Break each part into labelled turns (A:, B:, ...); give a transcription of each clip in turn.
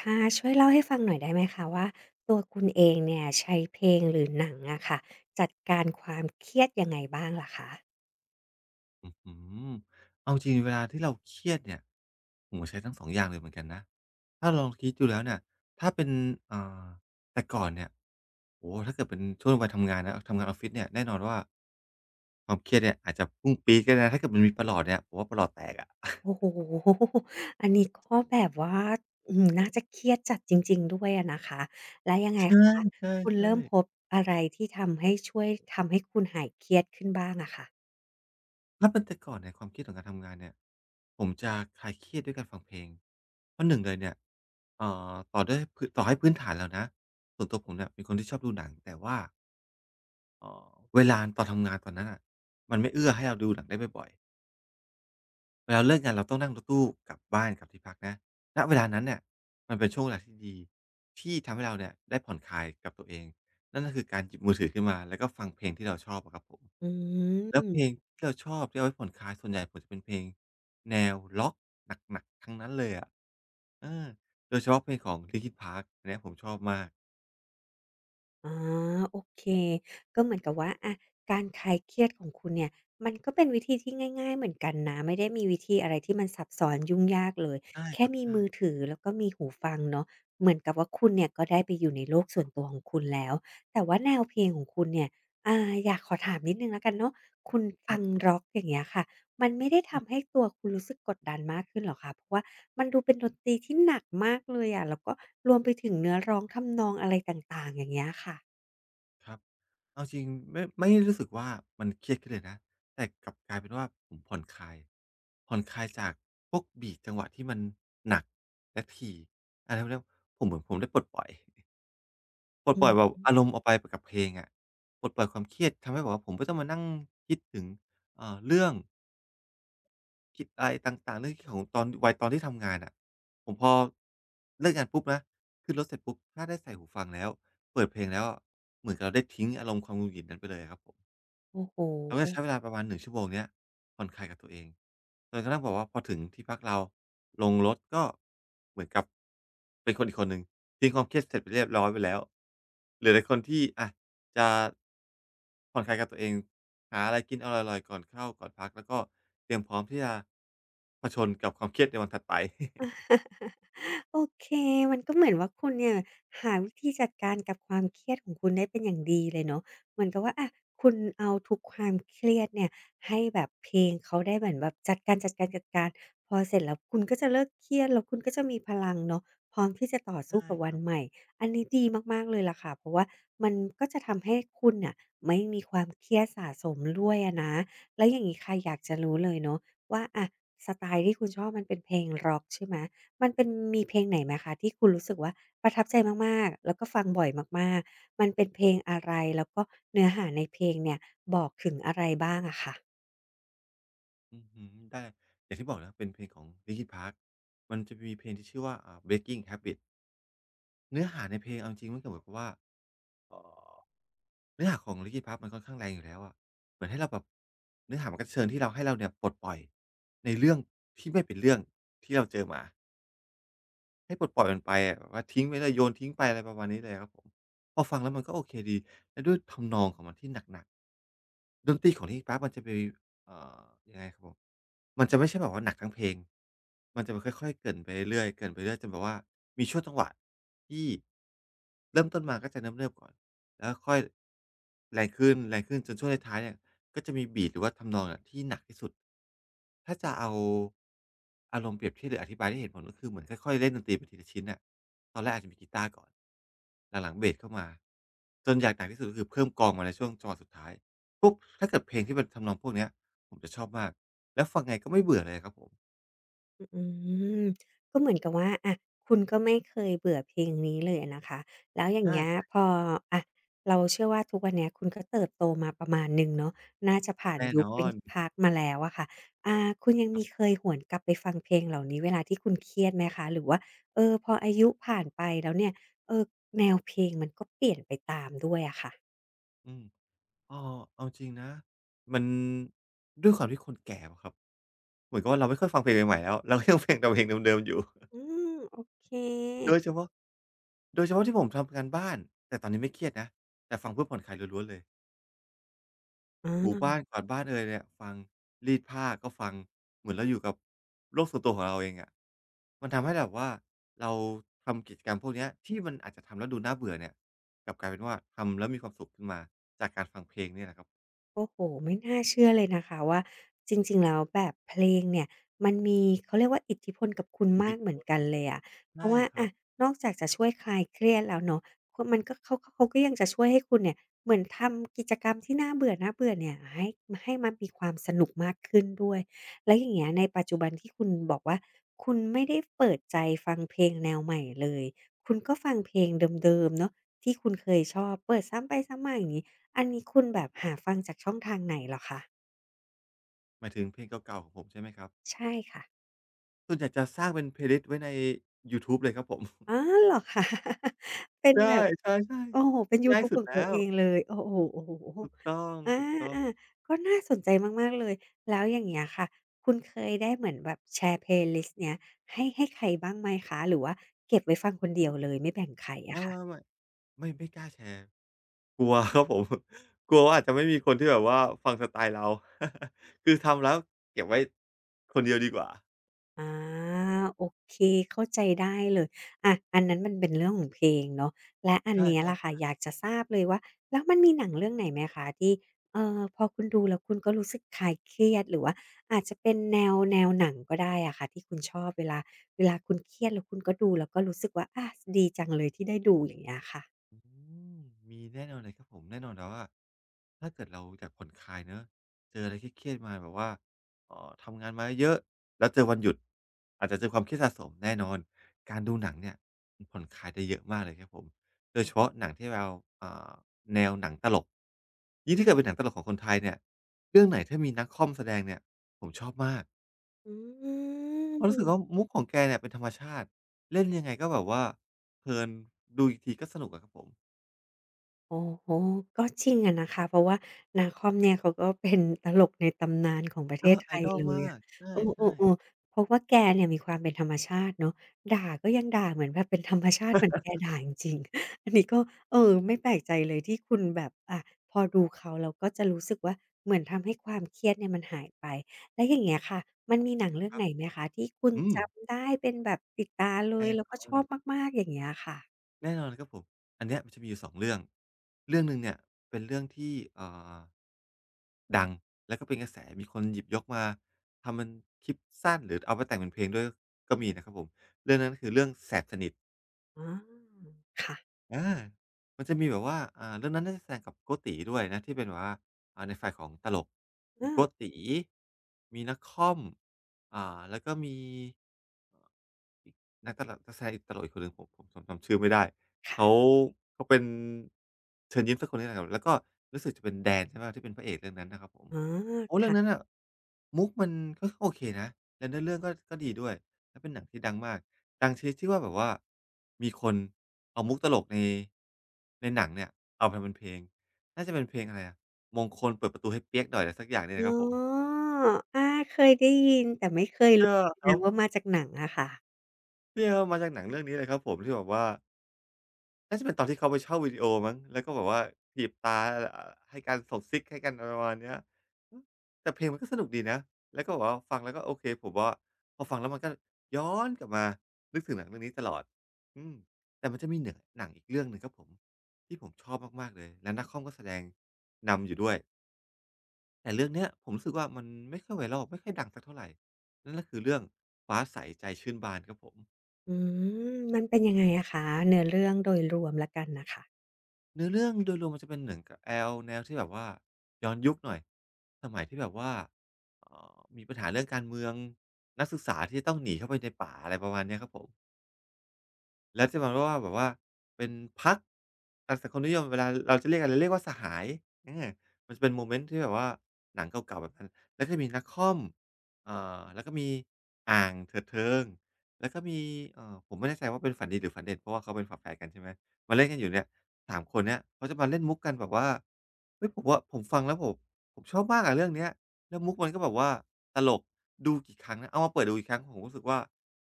A: ค่ะช่วยเล่าให้ฟังหน่อยได้ไหมคะว่าตัวคุณเองเนี่ยใช้เพลงหรือหนังอะค่ะจัดการความเครียดยังไงบ้างล่ะคะ
B: อืมเอาจริงเวลาที่เราเครียดเนี่ยโอ้โฮใช้ทั้งสองอย่างเลยเหมือนกันนะถ้าลองคิดดูแล้วเนี่ยถ้าเป็นอ่าแต่ก่อนเนี่ยโอ้โฮถ้าเกิดเป็นช่วงวัยทำงานนะทำงานออฟฟิศเนี่ยแน่นอนว่าความเครียดเนี่ยอาจจะพุ่งปี๊ดก็ได้นะถ้าเกิดมันมีประหลอดเนี่ยผมว่าประหลอดแตกอะ
A: โอ้โฮ อันนี้ก็แบบว่าอื้อฮือน่าจะเครียดจัดจริงๆด้วยอะนะคะแล้วยังไง
B: ใช
A: คะ
B: ่
A: คุณเริ่ม
B: ๆ
A: พบ
B: ๆ
A: อะไรที่ทำให้ช่วยทำให้คุณหายเครียดขึ้นบ้างอะค่ะ
B: ถ้าเป็นแต่ก่อนเนี่ยความเครียดของการทำงานเนี่ยผมจะคลายเครียดด้วยการฟังเพลงเพราะหนึ่งเลยเนี่ยต่อด้วยพื้นต่อให้พื้นฐานแล้วนะส่วนตัวผมเนี่ยเป็นคนที่ชอบดูหนังแต่ว่า เออเวลาตอนทำงานตอนนั้นน่ะมันไม่เอื้อให้เราดูหนังได้บ่อยๆเวลาเลิกงานเราต้องนั่งรถตู้กลับบ้านกลับที่พักนะณเวลานั้นเนี่ยมันเป็นช่วงเวลาที่ดีที่ทำให้เราเนี่ยได้ผ่อนคลายกับตัวเองนั่นก็คือการหยิบมือถือขึ้นมาแล้วก็ฟังเพลงที่เราชอบอะครับผม
A: อื
B: แล้วเพล
A: ม
B: งที่เราชอบที่เอาไว้ผ่อนคลายส่วนใหญ่ผมจะเป็นเพลงแนวร็อกหนักๆทั้งนั้นเลยอะเออโดยเฉพาะเพลงของ Linkin Park อันเนี้ยผมชอบมาก
A: อ๋อโอเคก็เหมือนกับว่าอะการคลายเครียดของคุณเนี่ยมันก็เป็นวิธีที่ง่ายๆเหมือนกันนะไม่ได้มีวิธีอะไรที่มันซับซ้อนยุ่งยากเลย
B: ใช่ค
A: แค่
B: รับ
A: มี
B: ใช่
A: มือถือแล้วก็มีหูฟังเนาะเหมือนกับว่าคุณเนี่ยก็ได้ไปอยู่ในโลกส่วนตัวของคุณแล้วแต่ว่าแนวเพลงของคุณเนี่ยอ่าอยากขอถามนิดนึงแล้วกันเนาะคุณ
B: ค
A: ฟั
B: รั
A: ง
B: บ
A: ร็อกอย่างเงี้ยค่ะ มันไม่ได้ทำให้ตัวคุณรู้สึกกดดันมากขึ้นเหรอคะเพราะว่ามันดูเป็นดนตรีที่หนักมากเลยอะแล้วก็รวมไปถึงเนื้อร้องทำนองอะไรต่างๆอย่างเงี้ยค่ะ
B: ครับเอาจริงไม่ได้รู้สึกว่ามันเครียดขึ้นเลยนะแต่กลับกลายเป็นว่าผมผ่อนคลายจากพวกบีตจังหวะที่มันหนักและถี่แล้วผมเหมือนผมได้ปลดปล่อยปลด
A: อื
B: ปล่อยแบ
A: ม
B: บอารมณ์ออกไปกับเพลงอะปลดปล่อยความเครียดทำให้แบบว่าผมไม่ต้องมานั่งคิดถึงเรื่องคิดอะไรต่างๆเรื่องของตอนวัยตอนที่ทำงานอ่ะผมพอเลิกงานปุ๊บนะขึ้นรถเสร็จปุ๊บถ้าได้ใส่หูฟังแล้วเปิดเพลงแล้วอะเหมือนกับเราได้ทิ้งอารมณ์ความหงุดหงิดนั้นไปเลยอะครับผม
A: โอ้โฮ
B: เราก็จะใช้เวลาประมาณ1ชั่วโมงเนี้ยผ่อนคลายกับตัวเองจนกระทั่งแบบว่าพอถึงที่พักเราลงรถก็เหมือนกับเป็นคนอีกคนหนึ่งทิ้งความเครียดเสร็จไปเรียบร้อยไปแล้วเหลือแต่คนที่อะจะผ่อนคลายกับตัวเองหาอะไรกินอร่อยๆก่อนเข้าก่อนพักแล้วก็เตรียมพร้อมที่จะเผชิญกับความเครียดในวันถัดไป
A: โอเคมันก็เหมือนว่าคุณเนี่ยหาวิธีจัดการกับความเครียดของคุณได้เป็นอย่างดีเลยเนาะเหมือนกับว่าอะคุณเอาทุกความเครียดเนี่ยให้แบบเพลงเขาได้เหมือนแบบจัดการจัดการจัดการพอเสร็จแล้วคุณก็จะเลิกเครียดแล้วคุณก็จะมีพลังเนาะพร้อมที่จะต่อ สู้
B: ใช่
A: กับ
B: ค
A: วัน
B: รับ
A: ใหม่ อันนี้ดีมากๆเลยล่ะค่ะเพราะว่ามันก็จะทำให้คุณน่ะไม่มีความเครียดสะสมด้วยอะนะแล้วอย่างงี้ค่ะอยากจะรู้เลยเนาะว่าอะ สไตล์ที่คุณชอบมันเป็นเพลงร็อกใช่ไหม มันเป็นมีเพลงไหนไหมคะที่คุณรู้สึกว่าประทับใจมากๆ แล้วก็ฟังบ่อยมากๆ มันเป็นเพลงอะไรแล้วก็เนื้อหาในเพลงเนี่ยบอกถึงอะไรบ้างอะค่ะ
B: อือฮอได้อย่างที่บอกนะครับเป็นเพลงของ Linkin Park มันจะมีเพลงที่ชื่อว่าBreaking Habits เนื้อหาในเพลงเอาจริงๆมันก็เหมือนกับว่า เนื้อหาของ Linkin Park มันค่อนข้างแรงอยู่แล้วอะเหมือนให้เราแบบเนื้อหามันก็เชิญที่เราให้เราเนี่ยปลดปล่อยในเรื่องที่ไม่เป็นเรื่องที่เราเจอมา ให้ปลดปล่อยมันไปอะแบบว่าทิ้งไว้เลยโยนทิ้งไปอะไรประมาณนี้เลยครับผมพอฟังแล้วมันก็โอเคดีแล้วด้วยทำนองของมันที่หนักๆดนตรีของ Linkin Park มันจะมีเอ่อยังไงครับผมมันจะไม่ใช่แบบว่าหนักทั้งเพลงมันจะค่อยๆเกริ่นไปเรื่อยๆเกริ่นไปเรื่อยจนแบบว่ามีช่วงจังหวะที่เริ่มต้นมาก็จะเนิบๆก่อนแล้วค่อยแรงขึ้นๆจนช่วงท้ายๆเนี่ย ก็จะมีบีตหรือว่าทำนองอะที่หนักที่สุดถ้าจะเอาอารมณ์เปรียบเทียบหรืออธิบายให้เห็นผลก็คือเหมือนค่อยๆเล่นดนตรีไปทีละชิ้นน่ะตอนแรกอาจจะมีกีตาร์ก่อนหลังๆเบสเข้ามาจนอย่างหนักที่สุดก็คือเพิ่มกลองมาในช่วงจังหวะสุดท้ายปุ๊บถ้าเกิดเพลงที่เป็นทำนองพวกเนี้ยผมจะชอบมากแล้วฟังไงก็ไม่เบื่อเลยครับผม
A: อืมก็เหมือนกับว่าอะคุณก็ไม่เคยเบื่อเพลงนี้เลยอะนะคะแล้วอย่างเงี้ย
B: ใช่
A: พออะเราเชื่อว่าทุกวันเนี้ยคุณก็เติบโตมาประมาณหนึ่งเนาะน่าจะผ่าน
B: แน่
A: ยุ
B: น
A: ค
B: อน
A: Linkin Park มาแล้วอะค่ะอ่าคุณยังมีเคยหวนกลับไปฟังเพลงเหล่านี้เวลาที่คุณเครียดไหมคะหรือว่าเออพออายุผ่านไปแล้วเนี่ยเออแนวเพลงมันก็เปลี่ยนไปตามด้วยอะค่ะ
B: อืมอ้อเอาจริงนะมันด้วยความที่คนแก่มั้งครับเหมือนกับว่าเราไม่ค่อยฟังเพลงใหม่ๆแล้วเราก็ยัง เพลงแต่เพลงเดิมๆอยู่
A: อืมโอเค
B: โดยเฉพาะโดยเฉพาะที่ผมทำงานบ้านแต่ตอนนี้ไม่เครียดนะแต่ฟังเพื่อผ่อนคลายล้วนๆเลย
A: อ
B: ถูบ้าน
A: า
B: กวาดบ้านเอยเนี่ยฟังรีดผ้าก็ฟังเหมือนเราอยู่กับโลกส่วนตัวของเราเองอะมันทำให้แบบว่าเราทำกิจกรรมพวกเนี้ยที่มันอาจจะทำแล้วดูน่าเบื่อเนี่ยกลับกลายเป็นว่าทำแล้วมีความสุขขึ้นมาเนี่ยแหละครับ
A: โอ้โฮไม่น่าเชื่อเลยนะคะว่าจริงๆแล้วแบบเพลงเนี่ยมันมีเขาเรียกว่าอิทธิพลกับคุณ
B: อิท
A: มา
B: ธิ
A: ก
B: พ
A: เหมือน
B: ล
A: กันเลยอะเพ
B: ใช่
A: ราะว่า
B: ครั
A: อะ
B: บ
A: นอกจากจะช่วยคลายเครียดแล้วเนาะคมันก็เขาเขาก็ยังจะช่วยให้คุณเนี่ยเหมือนทำกิจกรรมที่น่าเบื่อๆเนี่ยให้ให้มันมีความสนุกมากขึ้นด้วยแล้วอย่างเงี้ยในปัจจุบันที่คุณบอกว่าคุณไม่ได้เปิดใจฟังเพลงแนวใหม่เลยคุณก็ฟังเพลงเดิมๆเนาะที่คุณเคยชอบเปิดซ้ำไปซ้ำมาอย่างงี้ อันนี้คุณแบบหาฟังจากช่องทางไหนเหรอคะ
B: หมายถึงเพลงเก่าๆของผมใช่ไหมครับ
A: ใช่ค่ะ
B: ส่วนใหญ่จะสร้างเป็น Playlist ไว้ในยูทูบเลยครับผม
A: อ๋อเหรอคะ เป็น
B: ใช่
A: แบบ
B: ใช่
A: โอ้โฮเป็น
B: ๆ
A: ยู
B: ง่าย
A: ทูบ
B: สุ
A: ข
B: ด
A: อง
B: แล้
A: ตัว
B: ว
A: เองเลยโอ้โฮโอ้โฮ
B: ถูกต้
A: อา
B: องๆ
A: ๆก็น่าสนใจมากๆเลยแล้วอย่างเงี้ยค่ะคุณเคยได้เหมือนแบบแชร์ Playlist เนี้ยให้ให้ใครบ้างไหมคะหรือว่าเก็บไว้ฟังคนเดีย
B: อุ๊
A: ว
B: ย
A: เลยไม่แบ่งใคร
B: ไ
A: อะค่ะ
B: ม่ๆๆไม่กล้าแชร์กลัวครับผม กลัวว่าอาจจะไม่มีคนที่แบบว่าฟังสไตล์เรา คือทำแล้วเก็บไว้คนเดียวดีกว่า
A: อาโอเคเข้าใจได้เลยอะอันนั้นมันเป็นเรื่องของเพลงเนาะและอัน
B: ใช่
A: เนี้ยล่ะค่ะ
B: ๆ
A: อยากจะทราบเลยว่าแล้วมันมีหนังเรื่องไหนไหมคะที่พอคุณดูแล้วคุณก็รู้สึกคลายเครียดหรือว่าอาจจะเป็นแนวแนวหนังก็ได้อะค่ะที่คุณชอบเวลาเวลาคุณเครียดแล้วคุณก็ดูแล้วก็รู้สึกว่าอะดีจังเลยที่ได้ดูอย่างเงี้ยค่ะ
B: อืมมีแน่นอนเลยครับผมแน่นอนแล้วว่าถ้าเกิดเราอยากผ่อนคลายเนาะเจออะไรเครียดๆมาแบบว่าทำงานมาเยอะแล้วเจอวันหยุดอาจจะเจอความเครียดสะสมแน่นอนการดูหนังเนี่ยมันผ่อนคลายได้เยอะมากเลยครับผมโดยเฉพาะหนังที่เราอ่าแนวหนังตลกยิ่งถ้าเกิดเป็นหนังตลกของคนไทยเนี่ยเรื่องไหนถ้ามีนักค่อมแสดงเนี่ยผมชอบมาก
A: อื
B: เพราะรู้สึกว่า
A: ม
B: มุกของแกเนี่ยเป็นธรรมชาติเล่นยังไงก็แบบว่าเพลินดูอีกทีก็สนุกอะครับผม
A: โอโอก็จริงอะนะคะเพราะว่านาคอมเนี่ยเขาก็เป็นตลกในตำนานของประเทศ
B: เนาะ
A: ไทย
B: idol
A: เลย
B: มา
A: อะ
B: ก
A: เอ
B: ใช่
A: อ
B: ๆ
A: ๆๆเพราะว่าแกเนี่ยมีความเป็นธรรมชาติเนาะด่าก็ยังด่าเหมือนแบบเป็นธรรมชาติเหมือนแกด่าจริงๆ อันนี้ก็เออไม่แปลกใจเลยที่คุณแบบอะพอดูเขาแล้วก็จะรู้สึกว่าเหมือนทำให้ความเครียดเนี่ยมันหายไปแล้วอย่างเงี้ยค่ะมันมีหนังเรื่อ
B: ค
A: ง
B: รั
A: ไห
B: บ
A: นไหมคะที่คุณ
B: อืม
A: จำได้เป็นแบบติดตาเลย
B: แน่
A: แล้ว
B: น
A: ก็
B: อ
A: ช
B: น
A: อบมากๆอย่างเงี้ยค่ะ
B: แน่นอนครับผมอันเนี้ยมันจะมีอยู่สองเรื่องเรื่องหนึ่งเนี่ยเป็นเรื่องที่อดังแล้วก็เป็นกระแสมีคนหยิบยกมาทำเป็นคลิปสั้นหรือเอาไปแต่งเป็นเพลงด้วยก็มีนะครับผมเรื่องนั้นคือเรื่องแสบสนิท
A: อาค่ะ
B: อามันจะมีแบบว่าเรื่องนั้นน่าจะแสดงกับโกติด้วยนะที่เป็นแบบว่าในฝ่ายของตลก
A: เอ
B: มีโก
A: อ
B: ติมีนค่อม แล้วก็มีเอ่ออีกนักตลกนักแสดงตลกอีกคนหนึ่งผมจำชื่อไม่ได้
A: ค่ะ
B: เขาเป็นเชิญยิ้มสักคนนี่แหละครับแล้วก็รู้สึกจะเป็นแดนใช่เปล่าที่เป็นพระเอกเรื่องนั้นนะครับผม
A: อ๋อ
B: โอ้เรื่องนั้น
A: ค่ะ
B: น่ะมุกมันก็โอเคนะและเนื้อเรื่องก็ดีด้วยแลวเป็นหนังที่ดังมากดังชนิดที่ว่าแบบว่ามีคนเอามุกตลกในหนังเนี่ยเอามาเป็นเพลงน่าจะเป็นเพลงอะไรอะมงคลเปิดประตูให้เปี๊ยกหน่อยอะไรสักอย่างเนี่ยนะ
A: อ๋
B: ครับผม
A: ออาเคยได้ยินแต่ไม่เคย
B: เออ
A: รู้
B: ครั
A: นะว่า
B: บ
A: มาจากหนังอะค่ะ
B: เนี่ยมาจากหนังเรื่องนี้เลยครับผมที่แบบว่า น่าจะเป็นตอนที่เขาไปเช่าวิดีโอมั้งแล้วก็แบบว่าถีบตาให้กันส่งซิกให้กันอะไรประมาณเนี้ยอือแต่เพลงมันก็สนุกดีนะแล้วก็แบบว่าฟังแล้วก็โอเคผมว่าพอฟังแล้วมันก็ย้อนกลับมานึกถึงหนังเรื่องนี้ตลอดอืมแต่มันจะมีเหนือหนังอีกเรื่องหนึ่งครับผมที่ผมชอบมากๆเลยแล้ว Nuckom ก็แสดงนำอยู่ด้วยแต่เรื่องเนี้ยผมรู้สึกว่ามันไม่ค่อย viral ไม่ค่อยดังสักเท่าไรนั่นก็คือเรื่องฟ้าใสใจชื่นบานครับผม
A: อืมมันเป็นยังไงอะคะเนื้อเรื่องโดยรวมแล้วกันน่ะค่ะ
B: เนื้อเรื่องโดยรวมมันจะเป็นเหมือนกับแอลแนวที่แบบว่าย้อนยุคหน่อยสมัยที่แบบว่ามีปัญหาเรื่องการเมืองนักศึกษาที่ต้องหนีเข้าไปในป่าอะไรประมาณเนี้ยครับผม แล้วจะมาว่าแบบว่าเป็นพรรคทางสังคมนิยมเวลาเราจะเรียกกันเราเรียกว่าสหายอามันจะเป็นโมเมนต์ที่แบบว่าหนังเก่าๆแบบนั้นแล้วก็จะมีนักค่อมแล้วก็มีอ่างเถิดเทิงแล้วก็มีผมไม่แน่ใจว่าเป็นฝันดีหรือฝันเด่นเพราะว่าเขาเป็นฝาแฝดกันใช่ไหมมาเล่นกันอยู่เนี่ย3คนเนี้ยเขาจะมาเล่นมุกกันแบบว่าเฮ้ยผมว่าผมฟังแล้วผมชอบมากอะเรื่องเนี้ยแล้วมุกมันก็แบบว่าตลกดูกี่ครั้งนะเอามาเปิดดูอีกครั้งผมรู้สึกว่า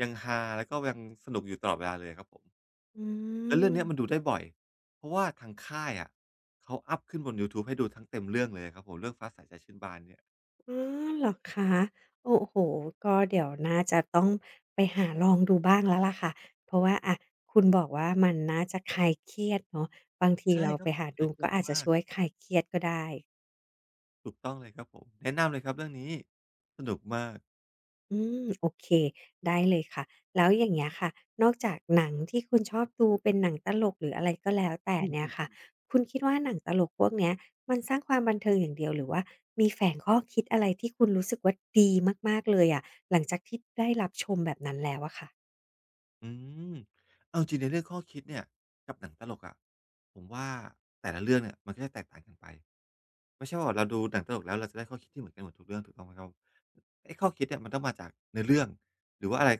B: ยังฮาแล้วก็ยังสนุกอยู่ตลอดเวลาเลยครับผม
A: อื
B: แล้วเรื่องเนี้ยมันดู
A: ม
B: ได้บ่อยเพราะว่าทางค่ายอะเขาอัปขึ้นบนยูทูบให้ดูทั้งเต็มเรื่องเลยครับผมเรื่องฟ้าใสใจชื้นบานเนี่ย
A: อ๋อเหรอคะโอ้โฮก็เดี๋ยวน่าจะต้องไปหาลองดูบ้างแล้วล่ะค่ะเพราะว่าอะคุณบอกว่ามันน่าจะคลายเครียดเนาะบางที
B: ใช่
A: เรา
B: ค
A: ไป
B: รับผ
A: หา
B: ม
A: ดู
B: นาเครี
A: ก็
B: ยด
A: อาจจะ
B: มาก
A: ช่วยคลายเครียดก็ได้
B: ถูกต้องเลยครับผมแนะนำเลยครับเรื่องนี้สนุกมาก
A: อืมโอเคได้เลยค่ะแล้วอย่างเงี้ยค่ะนอกจากหนังที่คุณชอบดูเป็นหนังตลกหรืออะไรก็แล้วแต่
B: อื
A: เนี่ยค่ะ
B: ม
A: คุณคิดว่าหนังตลกพวกเนี้ยมันสร้างความบันเทิงอย่างเดียวหรือว่ามีแฝงข้อคิดอะไรที่คุณรู้สึกว่าดีมากๆเลยอะหลังจากที่ได้รับชมแบบนั้นแล้วอะค่ะ
B: อืมเอาจริงในเรื่องข้อคิดเนี่ยกับหนังตลกอะผมว่าแต่ละเรื่องเนี่ยมันก็จะแตกต่างกันไปไม่ใช่ว่าแบบเราดูหนังตลกแล้วเราจะได้ข้อคิดที่เหมือนกันหมดทุกเรื่องถูกต้องไหมครับไอ้ข้อคิดเนี่ยมันต้องมาจากเนื้อเรื่องหรือว่าอะไร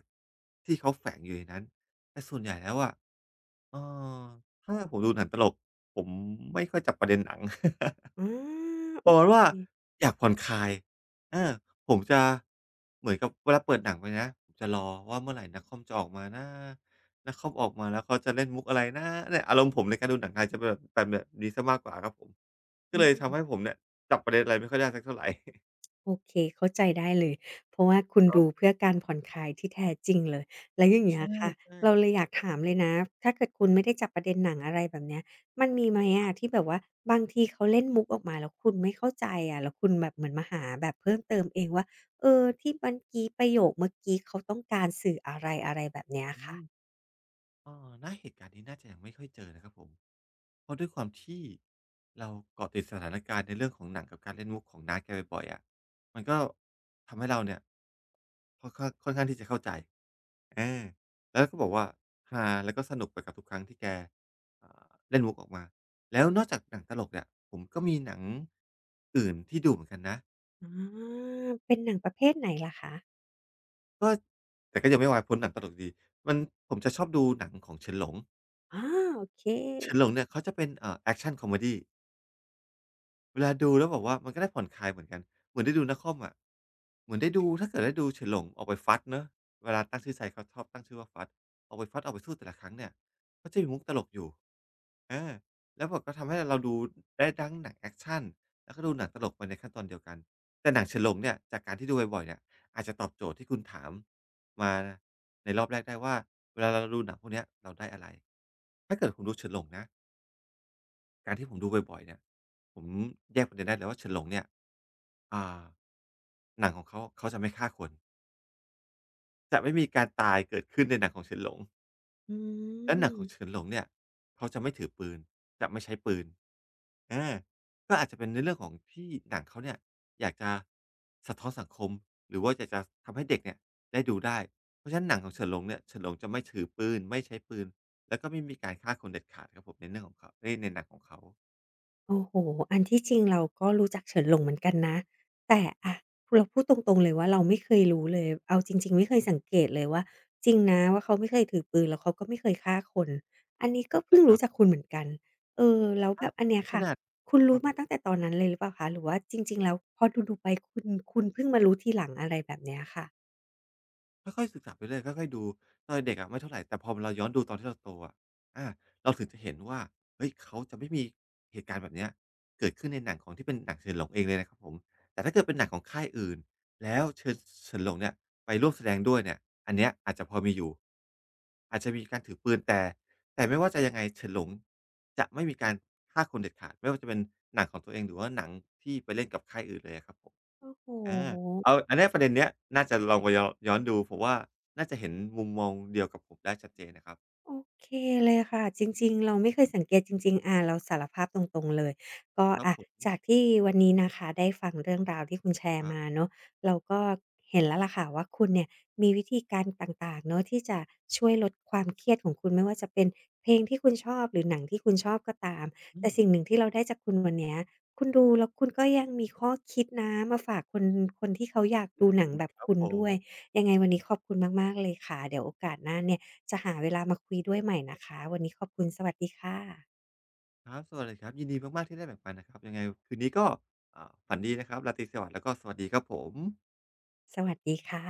B: ที่เขาแฝงอยู่ในนั้นแต่ส่วนใหญ่แล้วอะเออถ้าผมดูหนังตลกผมไม่ค่อยจับประเด็นหนัง
A: อา
B: ประมาณว่า
A: โอือ
B: อยากผ่อนคลายเอาผมจะเหมือนกับเวลาเปิดหนังไปนะผมจะรอว่าเมื่อไหร่นักคอมจะออกมานะนักคอมออกมาแล้วเขาจะเล่นมุกอะไรนะเนี่ยอารมณ์ผมในการดูหนังไทยจะเป็นแบบเป็นแบบนี้เสียมากกว่าครับผมก็เลยทำให้ผมเนี่ยจับประเด็นอะไรไม่ค่อยได้สักเท่าไร
A: โอเคเข้าใจได้เลยเพราะว่าคุณ
B: ครั
A: ดู
B: บ
A: เพื่อการผ่อนคลายที่แท้จริงเลยแล้วอย่าง
B: ใ
A: เงี้ยค่ะ
B: ช่
A: เราเล
B: ๆ
A: ยอยากถามเลยนะถ้าเกิดคุณไม่ได้จับประเด็นหนังอะไรแบบเนี้ยมันมีไหมอะที่แบบว่าบางทีเขาเล่นมุกออกมาแล้วคุณไม่เข้าใจอะแล้วคุณแบบเหมือนมาหาแบบเพิ่มเติมเองว่าเออที่เมื่อกี้ประโยคเมื่อกี้เขาต้องการสื่ออะไรอะไรแบบเนี้ย
B: อือ
A: ค่ะ
B: ฮึณเหตุการณ์นี้น่าจะยังไม่ค่อยเจอนะครับผม เพราะด้วยความที่เราเกาะติดสถานการณ์ในเรื่องของหนังกับการเล่นมุกของน้าแกบ่อยๆอะมันก็ทำให้เราเนี่ยค่อนข้างที่จะเข้าใจเออแล้วก็บอกว่าฮาแล้วก็สนุกไปกับทุกครั้งที่แกเล่นมุกออกมา แล้วนอกจากหนังตลกเนี่ยผมก็มีหนังอื่นที่ดูเหมือนกันนะ
A: อาเป็นหนังประเภทไหนลหรคะ
B: ก็แต่ก็ยังไม่วายพ้นหนังตลกดี มันผมจะชอบดูหนังของเฉินหลง
A: อาโอเค
B: เฉินหลงเนี่ยเขาจะเป็นแอคชันคอมเมดี เวลาดูแล้วแบบว่ามันก็ได้ผ่อนคลายเหมือนกันเหมือนได้ดูนักคอมอะเหมือนได้ดูถ้าเกิดได้ดูเฉินหลงออกไปฟัดเนาะเวลาตั้งชื่อไซต์เขาชอบตั้งชื่อว่าฟัดออกไปฟัดออกไปสู้แต่ละครั้งเนี่ยก็จะมีมุกตลกอยู่อาแล้วแบบก็ทำให้เราดูได้ทั้งหนังแอกชันแล้วก็ดูหนังตลกไปในขั้นตอนเดียวกันแต่หนังเฉินหลงเนี่ยจากการที่ดูบ่อยๆเนี่ยอาจจะตอบโจทย์ที่คุณถามมาในรอบแรกได้ว่าเวลาเราดูหนังพวกเนี้ยเราได้อะไรถ้าเกิดคุณดูเฉินหลงนะ การที่ผมดูบ่อยๆเนี่ยผมแยกประเด็นได้เลยว่าเฉินหลงเนี่ยอ่าหนังของเขาเขาจะไม่ฆ่าคนจะไม่มีการตายเกิดขึ้นในหนังของเฉินหลง
A: อื
B: และหนังของเฉิ
A: ม
B: นหลงเนี่ยเขาจะไม่ถือปืนจะไม่ใช้ปืนอาก็อาจจะเป็นในเรื่องของที่หนังเขาเนี่ยอยากจะสะท้อนสังคมหรือว่าอยากจะทำให้เด็กเนี่ยได้ดูได้เพราะฉะนั้นหนังของเฉินหลงเนี่ยเฉินหลงจะไม่ถือปืนไม่ใช้ปืนแล้วก็ไม่มีการฆ่าคนเด็ดขาดครับผมในเรื่องของเขาเอ๊ยในหนังของเขา
A: โอ้โฮอันที่จริงเราก็รู้จักเฉินหลงเหมือนกันนะ แต่อะเราพูดตรงๆเลยว่าเราไม่เคยรู้เลยเอาจริงๆไม่เคยสังเกตเลยว่าจริงนะว่าเขาไม่เคยถือปืนแล้วเขาก็ไม่เคยฆ่าคนอันนี้ก็เพิ่
B: ใช่
A: ง
B: ครั
A: รู้
B: บ
A: จากคุณเหมือนกันเออแล้วแบ
B: อา
A: บอันเนี้ย
B: ข
A: ค่ะ
B: นาด
A: คุณ
B: ค
A: รู้
B: รับผ
A: มา
B: ม
A: ตั้งแต่ตอนนั้นเลยหรือเปล่าคะหรือว่าจริงๆแล้วพอดูๆไปคุณเพิ่งมารู้ทีหลังอะไรแบบเนี้ยค่ะ
B: ค่อยๆศึกษาไปเรื่อยค่อยๆดูตอนเด็กอะไม่เท่าไรแต่พอเราย้อนดูตอนที่เราโตอะอาเราถึงจะเห็นว่าเฮ้ยเขาจะไม่มีเหตุการณ์แบบเนี้ยเกิดขึ้นในหนังของที่เป็นหนังเฉินหลงเองเลยนะครับผมแต่ถ้าเกิดเป็นหนังของค่ายอื่นแล้วเชิญเฉินหลงเนี่ยไปร่วมแสดงด้วยเนี่ยอันเนี้ยอาจจะพอมีอยู่อาจจะมีการถือปืนแต่แต่ไม่ว่าจะยังไงเฉินหลงจะไม่มีการฆ่าคนเด็ดขาดไม่ว่าจะเป็นหนังของตัวเองหรือว่าหนังที่ไปเล่นกับค่ายอื่นเลยอะครับผม
A: โอ้โ
B: อา เอา
A: ฮ
B: อันเนี้ยประเด็นเนี้ยน่าจะลองไปย้อนดูผมว่าน่าจะเห็นมุมมองเดียวกับผมได้ชัดเจนนะครับ
A: โอเคเลยค่ะจริงๆเราไม่เคยสังเกตจริงๆอ่าเราสารภาพตรงๆเลยก็
B: ครับ
A: อะ
B: ผ
A: จาก
B: ม
A: ที่วันนี้นะคะได้ฟังเรื่องราวที่คุณแช
B: ค
A: ร์
B: รั
A: มา
B: บ
A: เนาะเราก็เห็นแล้วล่ะค่ะว่าคุณเนี่ยมีวิธีการต่างๆเนาะที่จะช่วยลดความเครียดของคุณไม่ว่าจะเป็นเพลงที่คุณชอบหรือหนังที่คุณชอบก็ตาม
B: อื
A: แต่
B: ม
A: สิ่งหนึ่งที่เราได้จากคุณวันเนี้ยคุณดูแล้วคุณก็ยังมีข้อคิดนะมาฝากคนที่เขาอยากดูหนั
B: อื
A: ง
B: ม
A: แบบ
B: ครับ
A: คุณ
B: ผ
A: ด้วย
B: ม
A: ยังไงวันนี้ขอบคุณมากๆเลยค่ะเดี๋ยวโอกาสหน้าเนี่ย จะหาเวลามาคุยด้วยใหม่นะคะวันนี้ขอบคุณสวัสดีค่ะ
B: ครับสวัสดีครับยินดีมากๆที่ได้แบ่งปันนะครับยังไงคืนนี้ก็ฝันดีนะครับราตรีสวัสดิ์แล้วก็สวัสดีครับผม
A: สวัสดีค่ะ